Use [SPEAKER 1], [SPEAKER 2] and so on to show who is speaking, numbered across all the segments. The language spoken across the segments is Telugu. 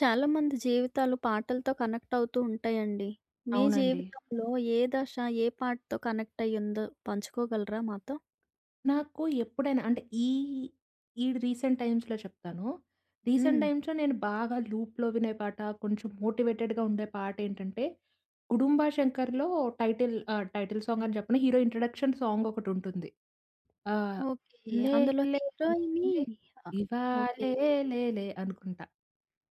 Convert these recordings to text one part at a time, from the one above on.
[SPEAKER 1] చాలామంది జీవితాలు పాటలతో కనెక్ట్ అవుతూ ఉంటాయండి. మీ
[SPEAKER 2] అవునండి.
[SPEAKER 1] జీవితంలో ఏ దశ, ఏ పాటతో కనెక్ట్ అయ్యిందో పంచుకోగలరా మాతో?
[SPEAKER 2] నాకు ఎప్పుడైనా అంటే ఈ, ఈ రీసెంట్ టైమ్స్‌లో చెప్తాను. రీసెంట్
[SPEAKER 1] హ్మ్.
[SPEAKER 2] టైమ్స్‌లో నేను బాగా లూప్‌లో వినే పాట, కొంచెం మోటివేటెడ్‌గా ఉండే పాటేంటంటే, 'గుడుంబా శంకర్‌లో' టైటిల్ సాంగ్ అని చెప్పను. హీరో ఇంట్రడక్షన్ సాంగ్ ఒకటుంటుంది. ఆహ్,
[SPEAKER 1] ఓకే.
[SPEAKER 2] లే
[SPEAKER 1] అందులో
[SPEAKER 2] లే
[SPEAKER 1] హీరోయిని
[SPEAKER 2] లే
[SPEAKER 1] ఆహ్, ఓకే.
[SPEAKER 2] ఇవాళే
[SPEAKER 1] ఓకే.
[SPEAKER 2] లేలే అనుకుంటా.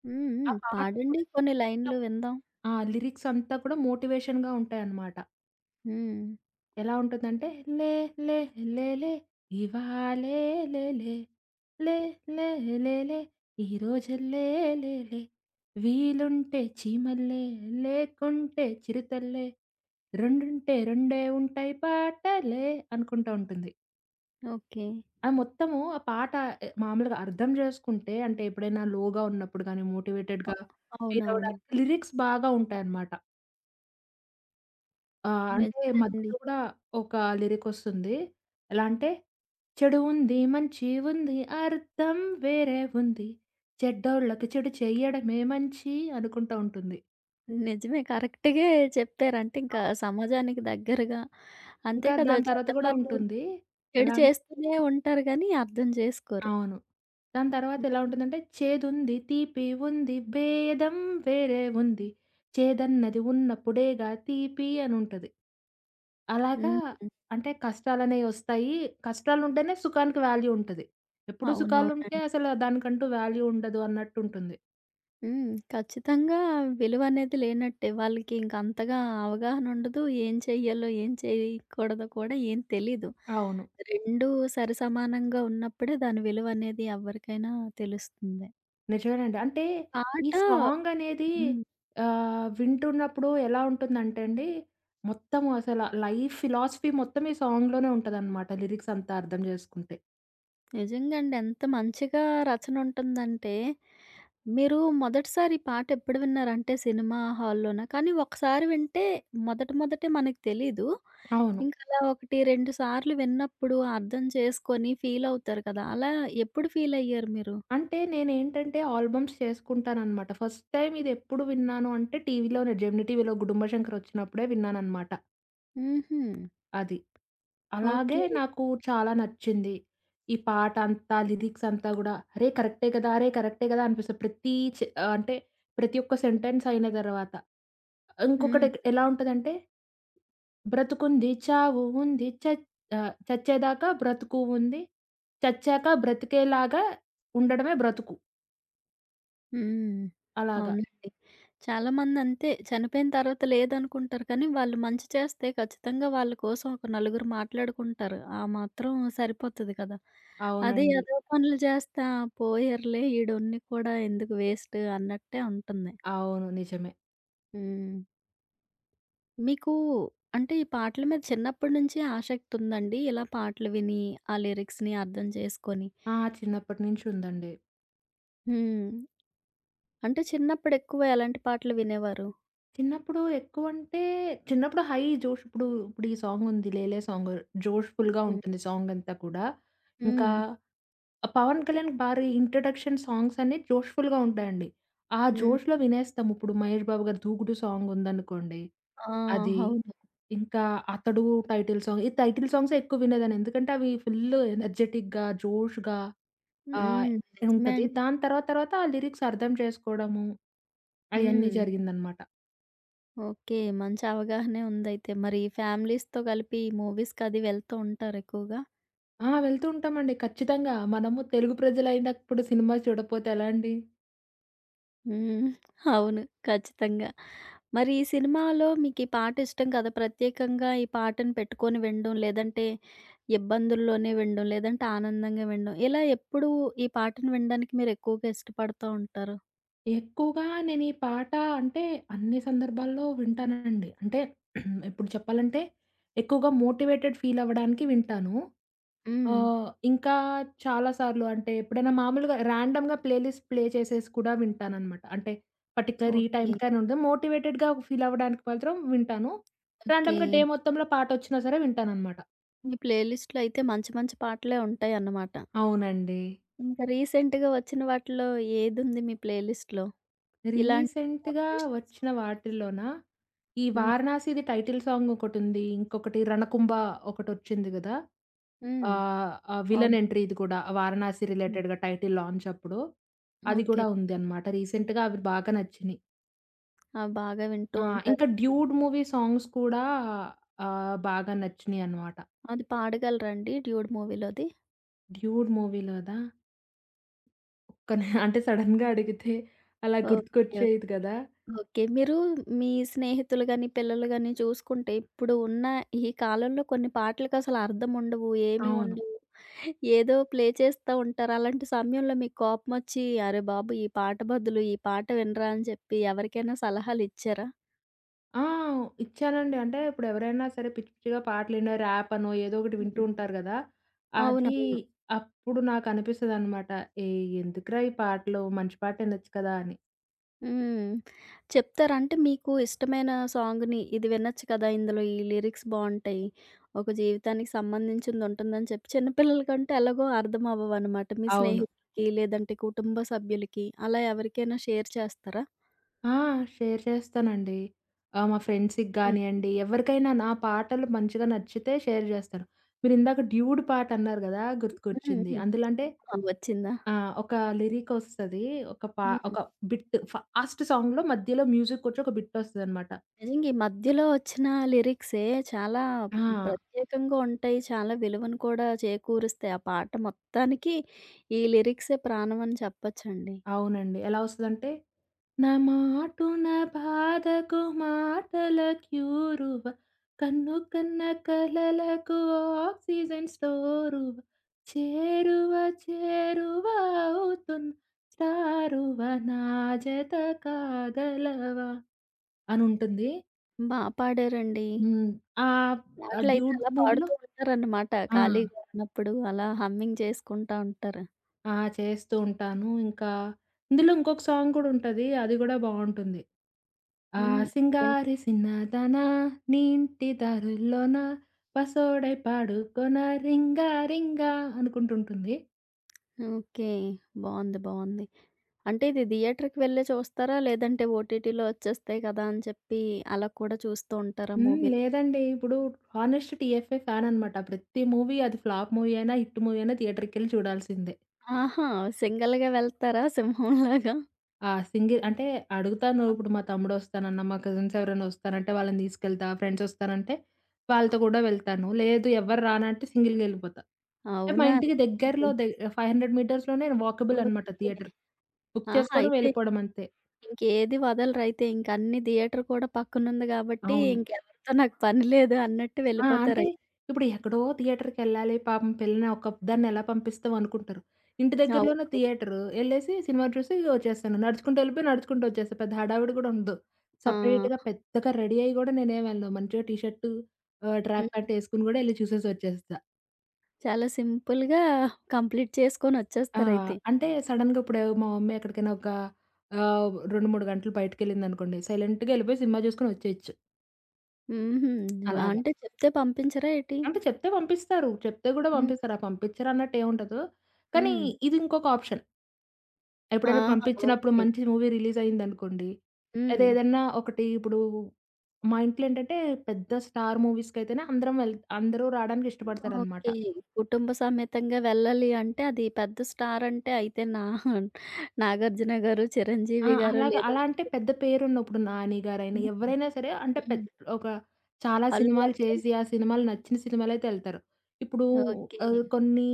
[SPEAKER 1] హ్మ్.
[SPEAKER 2] ఆ
[SPEAKER 1] హ్మ్.
[SPEAKER 2] పాట మొత్తం
[SPEAKER 1] పాడండి కొన్ని లైన్‌లు విందాం.
[SPEAKER 2] ఆ! లిరిక్స్ అంతా కూడా మోటివేషన్‌గా ఉంటాయన్నమాట.
[SPEAKER 1] హ్మ్.
[SPEAKER 2] ఎలా ఉంటుందంటే లే లే లే లే ఇవాళే లే లే లే లే లే లే ఈరోజులే లే లే వీలుంటే చీమల్లే లేకుంటే చిరుతల్లే రెండుంటే రెండే ఉంటాయి పాటలే అనుకుంటా ఉంటుంది.
[SPEAKER 1] ఓకే.
[SPEAKER 2] ఆ మొత్తము ఆ పాట ఎ మామూలుగా అర్థం చేసుకుంటే అంటే ఎప్పుడైనా లోగా ఉన్నప్పుడు గాని, మోటివేటెడ్‌గా ఫీల్
[SPEAKER 1] అవునవును.
[SPEAKER 2] అవ్వడానికి లిరిక్స్ బాగా ఉంటాయన్నమాట.
[SPEAKER 1] నిజమే
[SPEAKER 2] అంటే
[SPEAKER 1] అండి.
[SPEAKER 2] మధ్యలో కూడా ఒక లిరికొస్తుంది. ఎలా అంటే చెడు ఉంది, మంచి ఉంది అర్థం వేరే ఉంది. చెడ్డోళ్ళకి చెడు చెయ్యడమే మంచి అనుకుంటా ఉంటుంది.
[SPEAKER 1] నిజమే. కరెక్ట్‌గే చెప్పారు. అంటే ఇంకా
[SPEAKER 2] అవును.
[SPEAKER 1] సమాజానికి దగ్గరగా. అంతే
[SPEAKER 2] ఇంకా
[SPEAKER 1] కదా!
[SPEAKER 2] దాని తర్వాత కూడా
[SPEAKER 1] చెడ్డవాళ్ళు
[SPEAKER 2] ఉంటుంది.
[SPEAKER 1] చెడు
[SPEAKER 2] ఎలా అం
[SPEAKER 1] చేస్తూనే ఉంటారు గానీ అర్థం చేసుకోరు.
[SPEAKER 2] అవును. దాని తర్వాత
[SPEAKER 1] హ్మ్.
[SPEAKER 2] ఎలా ఉంటుందంటే చేదుంది, తీపి ఉంది, భేదం వేరే ఉంది. చేదన్నది ఉన్నప్పుడేగా తీపి అనుంటది. అలాగా
[SPEAKER 1] హ్మ్.
[SPEAKER 2] అంటే కష్టాలనేవి వస్తాయి. కష్టాలుంటేనే సుఖానికి వాల్యూ ఉంటది. ఎప్పుడు సుఖాలుంటే
[SPEAKER 1] అవునవునండి.
[SPEAKER 2] అసలు దానికంటూ వాల్యూ ఉండదు అన్నట్టుంటుంది.
[SPEAKER 1] ఖచ్చితంగా విలువనేది లేనట్టే. వాళ్ళకి ఇంక అంతగా అవగాహన ఉండదు. ఏం చెయ్యాలో, ఏం చేయకూడదో కూడా ఏం తెలీదు.
[SPEAKER 2] అవును.
[SPEAKER 1] 2 సరిసమానంగా ఉన్నప్పుడే దాని విలువనేది ఎవ్వరికైనా తెలుస్తుంది.
[SPEAKER 2] నిజమేనండి. అంటే ఈ
[SPEAKER 1] పాట
[SPEAKER 2] సాంగనేది
[SPEAKER 1] హ్మ్.
[SPEAKER 2] వింటున్నప్పుడు ఎలా ఉంటుందంటే అండి, మొత్తం అసల లైఫ్ ఫిలాసఫీ మొత్తం ఈ సాంగ్‌లోనే ఉంటదనమాట లిరిక్స్ అంతా అర్థం జేసుకుంటే.
[SPEAKER 1] నిజంగా అండి. ఎంత మంచిగా రచనుంటుందంటే మీరు మొదటిసారి ఈ పాట ఎప్పుడు విన్నారంటే సినిమా హాల్లోనా? కానీ ఒకసారి వింటే మొదటే మనకు తెలీదు.
[SPEAKER 2] అవును.
[SPEAKER 1] ఇంక అలా 1, 2 సార్లు విన్నప్పుడు అర్థం చేసుకొని ఫీల్ అవుతారు కదా! అలా ఎప్పుడు ఫీల్ అయ్యారు మీరు?
[SPEAKER 2] అంటే నేనేంటంటే ఆల్బమ్స్ చేసుకుంటాననమాట. ఫస్ట్ టైమ్ ఇదెప్పుడు విన్నాను అంటే టీవీలోనే జెమినీ టీవీలో గుడుంబ శంకర్ ఒచ్చినప్పుడే విన్నాననమాట.
[SPEAKER 1] హుహు.
[SPEAKER 2] అది. అలాగే
[SPEAKER 1] ఓకే.
[SPEAKER 2] నాకు చాలా నచ్చింది. ఈ పాట అంతా, లిరిక్స్ అంతా గూడా అరే! కరెక్టే గదా! అరే! కరెక్టే గదా! అనిపిస్తది. అంటే ప్రతి ఒక్క సెంటెన్స్ అయిన తర్వాత.
[SPEAKER 1] హ్మ్.
[SPEAKER 2] ఇంకొకటి ఎలా ఉంటదంటే బ్రతుకుంది చావు ఉంది చచ్ ఆహ్, చచ్చేదాకా బ్రతుకు ఉంది. చచ్చాక బ్రతికేలాగా ఉండడమే బ్రతుకు.
[SPEAKER 1] హ్మ్.
[SPEAKER 2] అలాగా.
[SPEAKER 1] అవునండి. చాలా మందంతే. చనిపోయిన తర్వాత లేదనుకుంటారు. కానీ, వాళ్ళు మంచి చేస్తే ఖచ్చితంగా వాళ్ళ కోసం ఒక నలుగురు మాట్లాడుకుంటారు. ఆ మాత్రం సరిపోతది కదా! అదే
[SPEAKER 2] అవునండి.
[SPEAKER 1] ఎదవ పనులు చేస్తా పోయారులే ఈడున్ని కూడా ఎందుకు వేస్ట్ అన్నట్టే ఉంటుంది.
[SPEAKER 2] అవును. నిజమే.
[SPEAKER 1] హ్మ్. మీకు అంటే ఈ పాటల మీద చిన్నప్పటి నుంచి ఆసక్తి ఉందండి. ఇలా పాటలు విని, ఆ లిరిక్స్‌ని అర్థం చేసుకొని.
[SPEAKER 2] ఆ! చిన్నప్పటి నుంచి ఉందండి.
[SPEAKER 1] హ్మ్. అంటే చిన్నప్పుడు ఎక్కువ ఎలాంటి పాటలు వినేవారు?
[SPEAKER 2] చిన్నప్పుడు ఎక్కువంటే, చిన్నప్పుడు హై జోష్ ఇప్పుడు ఈ సాంగుంది 'లేలే' సాంగు. జోష్‌ఫుల్‌గా
[SPEAKER 1] హ్మ్.
[SPEAKER 2] ఉంటుంది సాంగంతా కూడా. ఇంకా
[SPEAKER 1] హ్మ్.
[SPEAKER 2] ఆ పవన్ కళ్యాణ్‌కి భారీ ఇంట్రడక్షన్ సాంగ్స్ అన్నీ జోష్‌ఫుల్‌గా ఉంటాయండి. ఆ
[SPEAKER 1] హ్మ్.
[SPEAKER 2] జోష్‌లో వినేస్తాం. ఇప్పుడు మహేష్ బాబు గారి 'దూకుడు' సాంగుందనుకోండి.
[SPEAKER 1] ఆ!
[SPEAKER 2] అది.
[SPEAKER 1] అవును.
[SPEAKER 2] ఇంకా 'అతడు' టైటిల్ సాంగ్. ఈ టైటిల్ సాంగ్సే ఎక్కువ వినేదాన్ని. ఎందుకంటే అవి ఫుల్లు ఎనర్జెటిక్‌గా, జోష్‌గా ఆహ్,
[SPEAKER 1] నిజమే
[SPEAKER 2] ఉంటది.
[SPEAKER 1] అండి.
[SPEAKER 2] దాని తర్వాత తర్వాత ఆ లిరిక్స్ అర్థం చేసుకోవడము అయన్నీ
[SPEAKER 1] హ్మ్.
[SPEAKER 2] జరిగిందనమాట.
[SPEAKER 1] ఓకే. మంచి అవగాహనే ఉందయితే. మరి ఫ్యామిలీస్‌తో కలిపి మూవీస్‌కది వెళ్తూ ఉంటారా ఎక్కువగా?
[SPEAKER 2] ఆ! వెళ్తూ ఉంటామండి. ఖచ్చితంగా. మనము తెలుగు ప్రజలైనప్పుడు సినిమా చూడపోతే ఎలా అండి?
[SPEAKER 1] హ్మ్. అవును. ఖచ్చితంగా. మరి ఈ సినిమాలో మీకీ పాట ఇష్టం కదా! ప్రత్యేకంగా ఈ పాటను పెట్టుకొని వినడం, లేదంటే ఇబ్బందుల్లోనే వినడం, లేదంటే ఆనందంగా వినడం, ఇలా ఎప్పుడు ఈ పాటను వినడానికి మీరెక్కువగా ఇష్టపడతా ఉంటారు?
[SPEAKER 2] ఎక్కువగా నేను ఈ పాట అంటే అన్ని సందర్భాల్లో వింటానండి. అంటే ఇప్పుడు చెప్పాలంటే ఎక్కువగా మోటివేటెడ్ ఫీల్ అవ్వడానికి వింటాను.
[SPEAKER 1] హ్మ్.
[SPEAKER 2] ఇంకా చాలా సార్లు అంటే ఎప్పుడైనా మామూలుగా ర్యాండమ్‌గా ప్లేలిస్ట్ ప్లే చేసేసి కూడా వింటాననమాట. అంటే పర్టిక్యులర్ ఈ
[SPEAKER 1] ఓకే.
[SPEAKER 2] టైంకని ఉండదు. మోటివేటెడ్‌గా ఫీల్ అవ్వడానికి మాత్రం వింటాను.
[SPEAKER 1] ఓకే.
[SPEAKER 2] ర్యాండమ్‌గా డే మొత్తంలో పాటొచ్చినా సరే వింటాననమాట.
[SPEAKER 1] మీ ప్లే లిస్ట్‌లో అయితే మంచి మంచి పాటలే ఉంటాయన్నమాట.
[SPEAKER 2] అవునండి.
[SPEAKER 1] ఇంకా రీసెంట్‌గా వచ్చిన వాటిలో ఏదుంది మీ ప్లే లిస్ట్‌లో? ఇలాంటి
[SPEAKER 2] రీసెంట్‌గా
[SPEAKER 1] మోటివేషనల్
[SPEAKER 2] వచ్చిన
[SPEAKER 1] సాంగ్
[SPEAKER 2] వాటిల్లోనా, ఈ
[SPEAKER 1] హ్మ్.
[SPEAKER 2] 'వారణాసిది' టైటిల్ సాంగ్ ఒకటుంది. ఇంకొకటి 'రణకుంభ' ఒకటొచ్చింది గదా!
[SPEAKER 1] హ్మ్.
[SPEAKER 2] ఆ విలన్
[SPEAKER 1] అవునండి.
[SPEAKER 2] ఎంట్రీ ఇది కూడా 'వారణాసి'
[SPEAKER 1] హ్మ్.
[SPEAKER 2] రిలేటెడ్‌గా టైటిల్ లాంచ్ అప్పుడు. అది
[SPEAKER 1] ఓకే.
[SPEAKER 2] కూడా ఉంది అన్నమాట. రీసెంట్‌గా అవి బాగా నచ్చినియి.
[SPEAKER 1] ఆ! బాగా వింటూ
[SPEAKER 2] ఆ! ఇంకా
[SPEAKER 1] ఉంటారండి.
[SPEAKER 2] 'డ్యూడ్' మూవీ సాంగ్స్ కూడా బాగా నచ్చినియి అన్నమాట.
[SPEAKER 1] అది పాడగలరా అండి 'డ్యూడ్' మూవీలోది?
[SPEAKER 2] 'డ్యూడ్' మూవీలోదా ఒక్క నే అంటే సడెన్‌గా అడిగితే అలా
[SPEAKER 1] ఓకే. ఓకే.
[SPEAKER 2] గుర్తుకొచ్చేది కదా!
[SPEAKER 1] ఓకే. మీరు మీ స్నేహితులు గాని, పిల్లలు గాని చూసుకుంటే ఇప్పుడు ఉన్న ఈ కాలంలో కొన్ని పాటలకసలు అర్థం ఉండవు. ఏమి
[SPEAKER 2] అవును.
[SPEAKER 1] ఉండవు. ఏదో ప్లే చేస్తా ఉంటారు. అలాంటి సమయంలో మీకు కోపమొచ్చి అరే బాబు! ఈ పాట బదులు ఈ పాట వినరా అని చెప్పి ఎవరికైనా సలహాలిచ్చారా?
[SPEAKER 2] ఆ! ఇచ్చానండి. అంటే ఇప్పుడెవరైనా సరే పిచ్చి పిచ్చిగా పాటలినో, ర్యాపనో ఏదో ఒకటి వింటూ
[SPEAKER 1] హ్మ్.
[SPEAKER 2] ఉంటారు గదా! అది
[SPEAKER 1] అవునవును.
[SPEAKER 2] అప్పుడు నాకనిపిస్తదనమాట. ఏయ్! ఎందుకురా ఈ పాటలు మంచి పాట వినొచ్చు కదా! అని.
[SPEAKER 1] హ్మ్. చెప్తారా? అంటే మీకు ఇష్టమైన సాంగ్‌ని ఇది వినొచ్చు కదా! ఇందులో ఈ లిరిక్స్ బావుంటాయి. ఒక జీవితానికి సంబంధించిందుంటుందని చెప్పి చిన్న పిల్లలకంటే ఎలాగో అర్థం అవ్వవనమాట. మీ
[SPEAKER 2] అవును.
[SPEAKER 1] స్నేహితులకి లేదంటే కుటుంబ సభ్యులకి అలా ఎవరికైనా షేర్ చేస్తారా?
[SPEAKER 2] ఆ! షేర్ చేస్తానండి. మా ఫ్రెండ్స్‌కి
[SPEAKER 1] హ్మ్.
[SPEAKER 2] గానియండి, ఎవరికైనా నా పాటలు మంచిగా నచ్చితే షేర్ జేస్తాను. మీరిందాక 'డ్యూడ్' పాటన్నారు గదా!
[SPEAKER 1] హ్మ్.
[SPEAKER 2] గుర్తుకొచ్చింది.
[SPEAKER 1] హ్మ్.
[SPEAKER 2] అందులో అంటే
[SPEAKER 1] ఆ! వచ్చిందా?
[SPEAKER 2] ఒక లిరికొస్తది. ఒక
[SPEAKER 1] హ్మ్.
[SPEAKER 2] బిట్ ఫాస్ట్ సాంగ్‌లో మధ్యలో మ్యూజిక్కొచ్చి ఒక బిట్టొస్తదనమాట.
[SPEAKER 1] నిజంగా ఈ మధ్యలో వచ్చిన లిరిక్సే చాలా
[SPEAKER 2] ఆ!
[SPEAKER 1] ప్రత్యేకంగా ఉంటాయి. చాలా విలువను కూడా చేకూరుస్తాయి. ఆ పాట మొత్తానికి ఈ లిరిక్సే ప్రాణం అని చెప్పొచ్చండి.
[SPEAKER 2] అవునండి. ఎలా వస్తదంటే, నా మాటున బాధకు మాటల క్యూరువ, కన్ను కన్న కలలకు ఆక్సిజన్ స్టోరువ, చేరువ చేరువ అవుతున్న స్టారువ నా జత కాగలవా అనుంటుంది.
[SPEAKER 1] బా పాడారండి.
[SPEAKER 2] హ్మ్. ఆహ్, ఆ
[SPEAKER 1] పాటలైతే
[SPEAKER 2] డ్యూడ్
[SPEAKER 1] అలా
[SPEAKER 2] మూవీలో
[SPEAKER 1] పాడుతూ ఉంటారన్నమాట.
[SPEAKER 2] ఆ!
[SPEAKER 1] ఖాళీగా ఉన్నప్పుడు అలా హమ్మింగ్ చేసుకుంటా ఉంటారు.
[SPEAKER 2] ఆ! చేస్తూ ఉంటాను. ఇంకా ఇందులో ఇంకొక సాంగ్ కూడా ఉంటది. అది కూడా బావుంటుంది. ఆ
[SPEAKER 1] హ్మ్. ఎన్
[SPEAKER 2] సింగారి సిన్నదాన నీంటి దారుల్లోన పసోడై పాడుకొన రింగా రింగా అనుకుంటుంటుంది.
[SPEAKER 1] ఓకే. బావుంది. బావుంది. అంటే ఇది థియేటర్‌కి వెళ్ళి చూస్తారా? లేదంటే ఓటీటీలో వచ్చేస్తాయి కదా! అని చెప్పి అలా కూడా చూస్తూ ఉంటారా
[SPEAKER 2] హ్మ్.
[SPEAKER 1] మూవీలు?
[SPEAKER 2] లేదండి. ఇప్పుడు 'హానెస్ట్ టీఎఫ్ఏ' ఫ్యాన్ అనమాట. ప్రతి మూవీ అది ఫ్లాప్ మూవీ అయినా, హిట్ మూవీ అయినా థియేటర్‌కెళ్ళి చూడాల్సిందే.
[SPEAKER 1] ఆహా! సింగిల్‌గా వెళ్తారా సింహంలాగా?
[SPEAKER 2] ఆ! సింగిల్ అంటే అడుగుతాను.
[SPEAKER 1] ఆ!
[SPEAKER 2] ఇప్పుడు మా తమ్ముడొస్తానన్నా, మా కజిన్స్ ఎవరైనా వస్తానంటే వాళ్ళని తీసుకెళ్తా. ఫ్రెండ్స్ వస్తానంటే వాళ్ళతో కూడా వెళ్తాను. లేదు ఎవరు రానంటే సింగిల్‌గా ఎళ్ళిపోతా. అంటే మా
[SPEAKER 1] అవునా!
[SPEAKER 2] ఇంటికి దగ్గరలో
[SPEAKER 1] ఇది
[SPEAKER 2] 500 మీటర్స్‌లోనే వాకబుల్ అనమాట
[SPEAKER 1] ఓకే.
[SPEAKER 2] థియేటర్. బుక్
[SPEAKER 1] ఆహా!
[SPEAKER 2] చేసుకోవడం,
[SPEAKER 1] అయితే
[SPEAKER 2] వెళ్ళిపోవడం అంతే.
[SPEAKER 1] ఇంకేది వదలరైతే. ఇంక అన్ని థియేటర్ కూడా పక్కనుంది కాబట్టి
[SPEAKER 2] అవును.
[SPEAKER 1] ఇంకెవరితో నాకు పని లేదు అన్నట్టు
[SPEAKER 2] ఆ! అంటే
[SPEAKER 1] వెళ్ళిపోతారయితే.
[SPEAKER 2] ఇప్పుడు ఎక్కడో థియేటర్‌కెళ్ళాలి. పాపం పిల్లని ఒక్కదాన్ని ఎలా పంపిస్తాం అనుకుంటారు. ఇంటి దగ్గరలోనే
[SPEAKER 1] అవునవును.
[SPEAKER 2] థియేటరు. ఎళ్ళేసి సినిమా చూసి వచ్చేస్తాను. నడుచుకుంటూ ఎళ్ళిపోయి నడుచుకుంటూ వచ్చేస్తా. పెద్ద హడావిడి కూడా ఉండదు.
[SPEAKER 1] ఆ!
[SPEAKER 2] సెపరేట్‌గా పెద్దగా రెడీ అయ్యి కూడా నేనేమి వెళ్ళను. మంచిగా టీ షర్టు ట్రాక్ ప్యాంట్ ఎసుకొని కూడా ఎళ్లి చూసేసి వచ్చేస్తా.
[SPEAKER 1] చాలా సింపుల్‌గా కంప్లీట్
[SPEAKER 2] ఆ!
[SPEAKER 1] చేసుకొనొచ్చేస్తారైతే.
[SPEAKER 2] అంటే సడెన్‌గా ఇప్పుడు మా మమ్మీ ఎక్కడికైనా ఒక 2, 3 గంటలు బయటికెళ్ళిందనుకోండి. సైలెంట్‌గా ఎళ్ళిపోయి సినిమా చూసుకొని వచ్చేయొచ్చు.
[SPEAKER 1] హుహు.
[SPEAKER 2] అలాగ.
[SPEAKER 1] అంటే చెప్తే పంపించరా ఏటి?
[SPEAKER 2] అంటే చెప్తే పంపిస్తారు. చెప్తే గూడా
[SPEAKER 1] హ్మ్.
[SPEAKER 2] పంపిస్తారు. ఆ పంపించరన్నట్టు ఏముండదు. కానీ
[SPEAKER 1] హ్మ్.
[SPEAKER 2] ఇది ఇంకొక ఆప్షన్. ఎప్పుడైనా
[SPEAKER 1] ఆహా!
[SPEAKER 2] పంపించినప్పుడు
[SPEAKER 1] ఓకే.
[SPEAKER 2] మంచి మూవీ రిలీజ్ అయిందనుకోండి. లేదా
[SPEAKER 1] హ్మ్.
[SPEAKER 2] ఏదన్నా ఒకటి ఇప్పుడు మా ఇంట్లో ఏంటంటే పెద్ద స్టార్ మూవీస్‌కైతేనే అందరం వెళ్ అందరూ రాడానికి ఇష్టపడతారనమాట.
[SPEAKER 1] ఓకే. కుటుంబ సమేతంగా వెళ్ళాలి అంటే అది పెద్ద స్టార్ అంటే అయితే నా 'నాగార్జున' గారు,
[SPEAKER 2] ఆ!
[SPEAKER 1] 'చిరంజీవి' గారు
[SPEAKER 2] అలాగా. అలా
[SPEAKER 1] లేదంటే
[SPEAKER 2] అంటే పెద్ద పేరున్న ఇప్పుడు 'నాని' గారైనా
[SPEAKER 1] హ్మ్.
[SPEAKER 2] ఎవరైనా సరే అంటే
[SPEAKER 1] హ్మ్.
[SPEAKER 2] ఒక చాలా
[SPEAKER 1] 'అల్లు
[SPEAKER 2] సినిమాలు
[SPEAKER 1] అర్జున్'.
[SPEAKER 2] చేసి, ఆ సినిమాలు నచ్చిన సినిమాలైతే ఎళ్తారు. ఇప్పుడు
[SPEAKER 1] ఓకే.
[SPEAKER 2] కొన్ని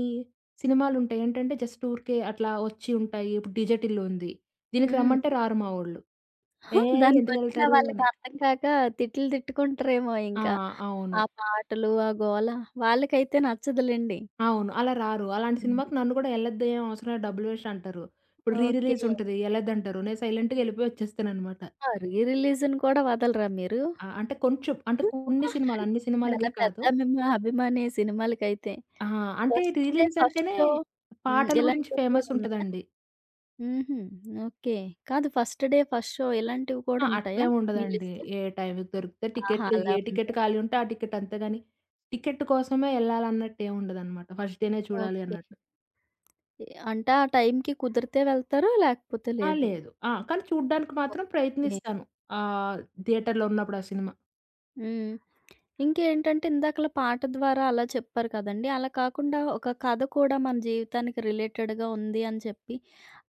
[SPEAKER 2] సినిమాలుంటాయి. ఏంటంటే జస్ట్ ఊరికే అట్లా వచ్చి ఉంటాయి. ఇప్పుడు 'డీజె టిల్లు' ఉంది. దీనికి
[SPEAKER 1] హ్మ్.
[SPEAKER 2] రమ్మంటే రారు మా వోళ్ళు.
[SPEAKER 1] హా!
[SPEAKER 2] "ఏయ్!
[SPEAKER 1] దానికొచ్చిన
[SPEAKER 2] ఎందుకెళ్తారు"
[SPEAKER 1] వాళ్ళకి
[SPEAKER 2] అని.
[SPEAKER 1] అర్థం కాక తిట్లు తిట్టుకుంటారేమో
[SPEAKER 2] ఆ!
[SPEAKER 1] ఇంకా.
[SPEAKER 2] అవును.
[SPEAKER 1] ఆ పాటలు, ఆ గోల వాళ్ళకైతే నచ్చదులెండి.
[SPEAKER 2] అవును. అలా రారు. అలాంటి సినిమాకి నన్ను కూడా "ఎళ్ళొద్దు ఏం అవసరం లేదు డబ్బులు వేస్ట్" అంటారు. ఇప్పుడు రీ
[SPEAKER 1] ఓకే.
[SPEAKER 2] రిలీజ్ ఉంటది. ఎళ్ళొద్దంటారు. నేను సైలెంట్‌గా ఎళ్ళిపోయి వచ్చేస్తాననమాట.
[SPEAKER 1] ఆ! రీ రిలీజ్‌ని కూడా వదలరా మీరు?
[SPEAKER 2] ఆ! అంటే కొంచెం అంటే కొన్ని సినిమాలు అన్ని సినిమాలకి
[SPEAKER 1] చాలా పెద్ద
[SPEAKER 2] కాదు.
[SPEAKER 1] అభిమాని సినిమాలకైతే.
[SPEAKER 2] ఆ! అంటే రీ
[SPEAKER 1] ఫస్ట్ డే,
[SPEAKER 2] రిలీజ్
[SPEAKER 1] ఫస్ట్
[SPEAKER 2] అంటేనే
[SPEAKER 1] షో
[SPEAKER 2] పాటల గురించి
[SPEAKER 1] ఇలాంటివి కూడా
[SPEAKER 2] ఫేమస్
[SPEAKER 1] ఉన్నాయా?
[SPEAKER 2] ఉంటదండి.
[SPEAKER 1] హుహు. ఓకే. కాదు ఫస్ట్ డే, ఫస్ట్ షో ఇలాంటివి కూడా
[SPEAKER 2] ఆ!
[SPEAKER 1] ఉంటాయా
[SPEAKER 2] అట్లేమి
[SPEAKER 1] మీ
[SPEAKER 2] ఉండదండి.
[SPEAKER 1] లిస్ట్‌లో?
[SPEAKER 2] ఏ టైంకి దొరికితే
[SPEAKER 1] ఆహా!
[SPEAKER 2] టికెట్‌లు
[SPEAKER 1] అలా
[SPEAKER 2] ఏ టికెట్
[SPEAKER 1] ఉందా?
[SPEAKER 2] ఖాళీ ఉంటే ఆ టికెట్ అంతే గాని, టికెట్ కోసమే ఎళ్ళాలన్నట్టు ఏమి ఉండదనమాట. ఫస్ట్ డేనే చూడాలి
[SPEAKER 1] ఓకే.
[SPEAKER 2] అన్నట్టు.
[SPEAKER 1] అంటే ఆ టైంకి కుదిరితే వెళ్తారు లేకపోతే
[SPEAKER 2] ఆ!
[SPEAKER 1] లేదు.
[SPEAKER 2] లేదు. ఆ! కానీ చూడ్డానికి మాత్రం
[SPEAKER 1] ఓకే.
[SPEAKER 2] ప్రయత్నిస్తాను. ఆహ్, థియేటర్‌లో ఉన్నప్పుడు ఆ సినిమా.
[SPEAKER 1] హ్మ్. ఇంకేంటంటే ఇందాకల పాట ద్వారా అలా చెప్పారు కదండీ. అలా కాకుండా ఒక కథ కూడా మన జీవితానికి రిలేటెడ్‌గా ఉంది అని చెప్పి,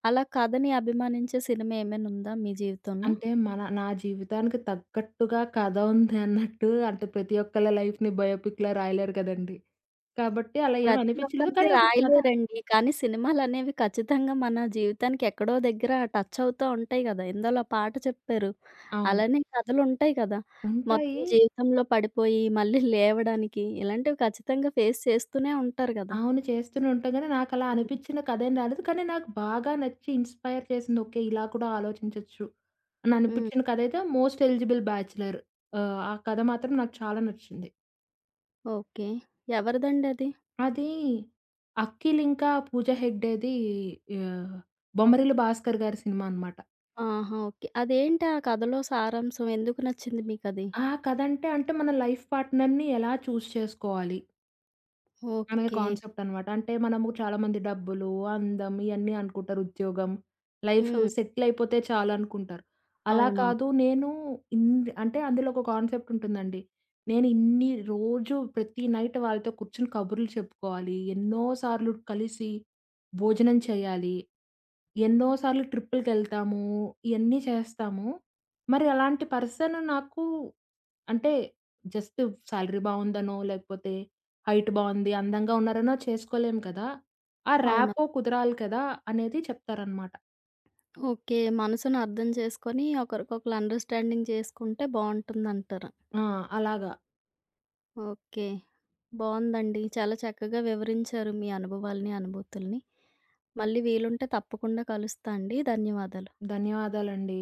[SPEAKER 1] అలా కథని అభిమానించే సినిమా ఏమైనా ఉందా మీ జీవితంలో?
[SPEAKER 2] అంటే నా జీవితానికి తగ్గట్టుగా కథ ఉంది అన్నట్టు అంటే ప్రతి ఒక్కళ్ళ లైఫ్‌ని బయోపిక్‌లా రాయలేరు కదండీ. కాబట్టి అలా ఏమి
[SPEAKER 1] ప్రతి
[SPEAKER 2] అనిపించలేదు.
[SPEAKER 1] ఒక్కరిది
[SPEAKER 2] కానీ ఒక కథ
[SPEAKER 1] రాయలేరండి. కానీ సినిమాలనేవి ఖచ్చితంగా మన జీవితానికి ఎక్కడో దగ్గర టచ్ అవుతా ఉంటాయి గదా! ఇందులో పాట చెప్పారు.
[SPEAKER 2] అవును.
[SPEAKER 1] అలానే కథలుంటాయి కదా!
[SPEAKER 2] ఉంటాయి.
[SPEAKER 1] మొత్తం జీవితంలో పడిపోయి మళ్ళీ లేవడానికి ఇలాంటివి ఖచ్చితంగా ఫేస్ చేస్తూనే ఉంటారు గదా!
[SPEAKER 2] అవును. చేస్తూనే ఉంటాం గానీ, నాకలా
[SPEAKER 1] హ్మ్.
[SPEAKER 2] అనిపిచ్చిన కథేం రాలేదు. కానీ, నాకు బాగా నచ్చి ఇన్‌స్పైర్ చేసింది. ఓకే. ఇలా కూడా ఆలోచించొచ్చు అని
[SPEAKER 1] హ్మ్.
[SPEAKER 2] అనిపిచ్చిన కథయితే 'మోస్ట్ ఎలిజిబుల్ బ్యాచ్‌లర్.' ఆ కథ మాత్రం నాకు చాలా నచ్చింది.
[SPEAKER 1] ఓకే. ఎవరిదండది?
[SPEAKER 2] అది అఖిల్ ఇంకా పూజ హెగ్డేది ఆహ్, 'బొమ్మరిల్లు భాస్కర్' గారి సినిమా అనమాట.
[SPEAKER 1] ఆహా! ఓకే. అదేంటి ఆ కథలో సారాంశం? ఎందుకు నచ్చింది మీకది?
[SPEAKER 2] ఆ కథంటే, అంటే అంటే మన లైఫ్ పార్ట్నర్‌ని ఎలా చూజ్ చేసుకోవాలి? ఆమె
[SPEAKER 1] ఓకే.
[SPEAKER 2] కాన్సెప్ట్ అనమాట. అంటే మనము చాలామంది డబ్బులు, అందం ఇయన్నీ అనుకుంటారు. ఉద్యోగం, లైఫ్
[SPEAKER 1] హ్మ్.
[SPEAKER 2] సెటిల్ అయిపోతే చాలనుకుంటారు. అలా
[SPEAKER 1] అవునవును.
[SPEAKER 2] కాదు నేను అంటే అందులో ఒక కాన్సెప్ట్ ఉంటుందండి. నేను ఇన్ని రోజు ప్రతి నైట్ వాళ్ళతో కూర్చొని కబుర్లు చెప్పుకోవాలి. ఎన్నో సార్లు కలిసి భోజనం చేయాలి. ఎన్నో సార్లు ట్రిప్పులకెళ్తాము. ఇయన్నీ చేస్తాము. మరి అలాంటి పర్సన్ నాకు అంటే జస్ట్ సాలరీ బావుందనో లేకపోతే హైట్ బావుంది, అందంగా ఉన్నారనో చేసుకోలేం కదా! ఆ
[SPEAKER 1] అవునా?
[SPEAKER 2] ర్యాపో కుదరాలి కదా! అనేది చెప్తారనమాట.
[SPEAKER 1] ఓకే. మనసుని అర్థం చేసుకొని ఒకరికొకళ్ళు అండర్‌స్టాండింగ్ చేసుకుంటే బావుంటుందంటారు.
[SPEAKER 2] ఆ! అలాగా.
[SPEAKER 1] ఓకే. బావుందండి. చాలా చక్కగా వివరించారు మీ అనుభవాల్ని, అనుభూతుల్ని. మళ్ళీ వీలుంటే తప్పకుండా కలుస్తా అండి. ధన్యవాదాలు.
[SPEAKER 2] ధన్యవాదాలండి.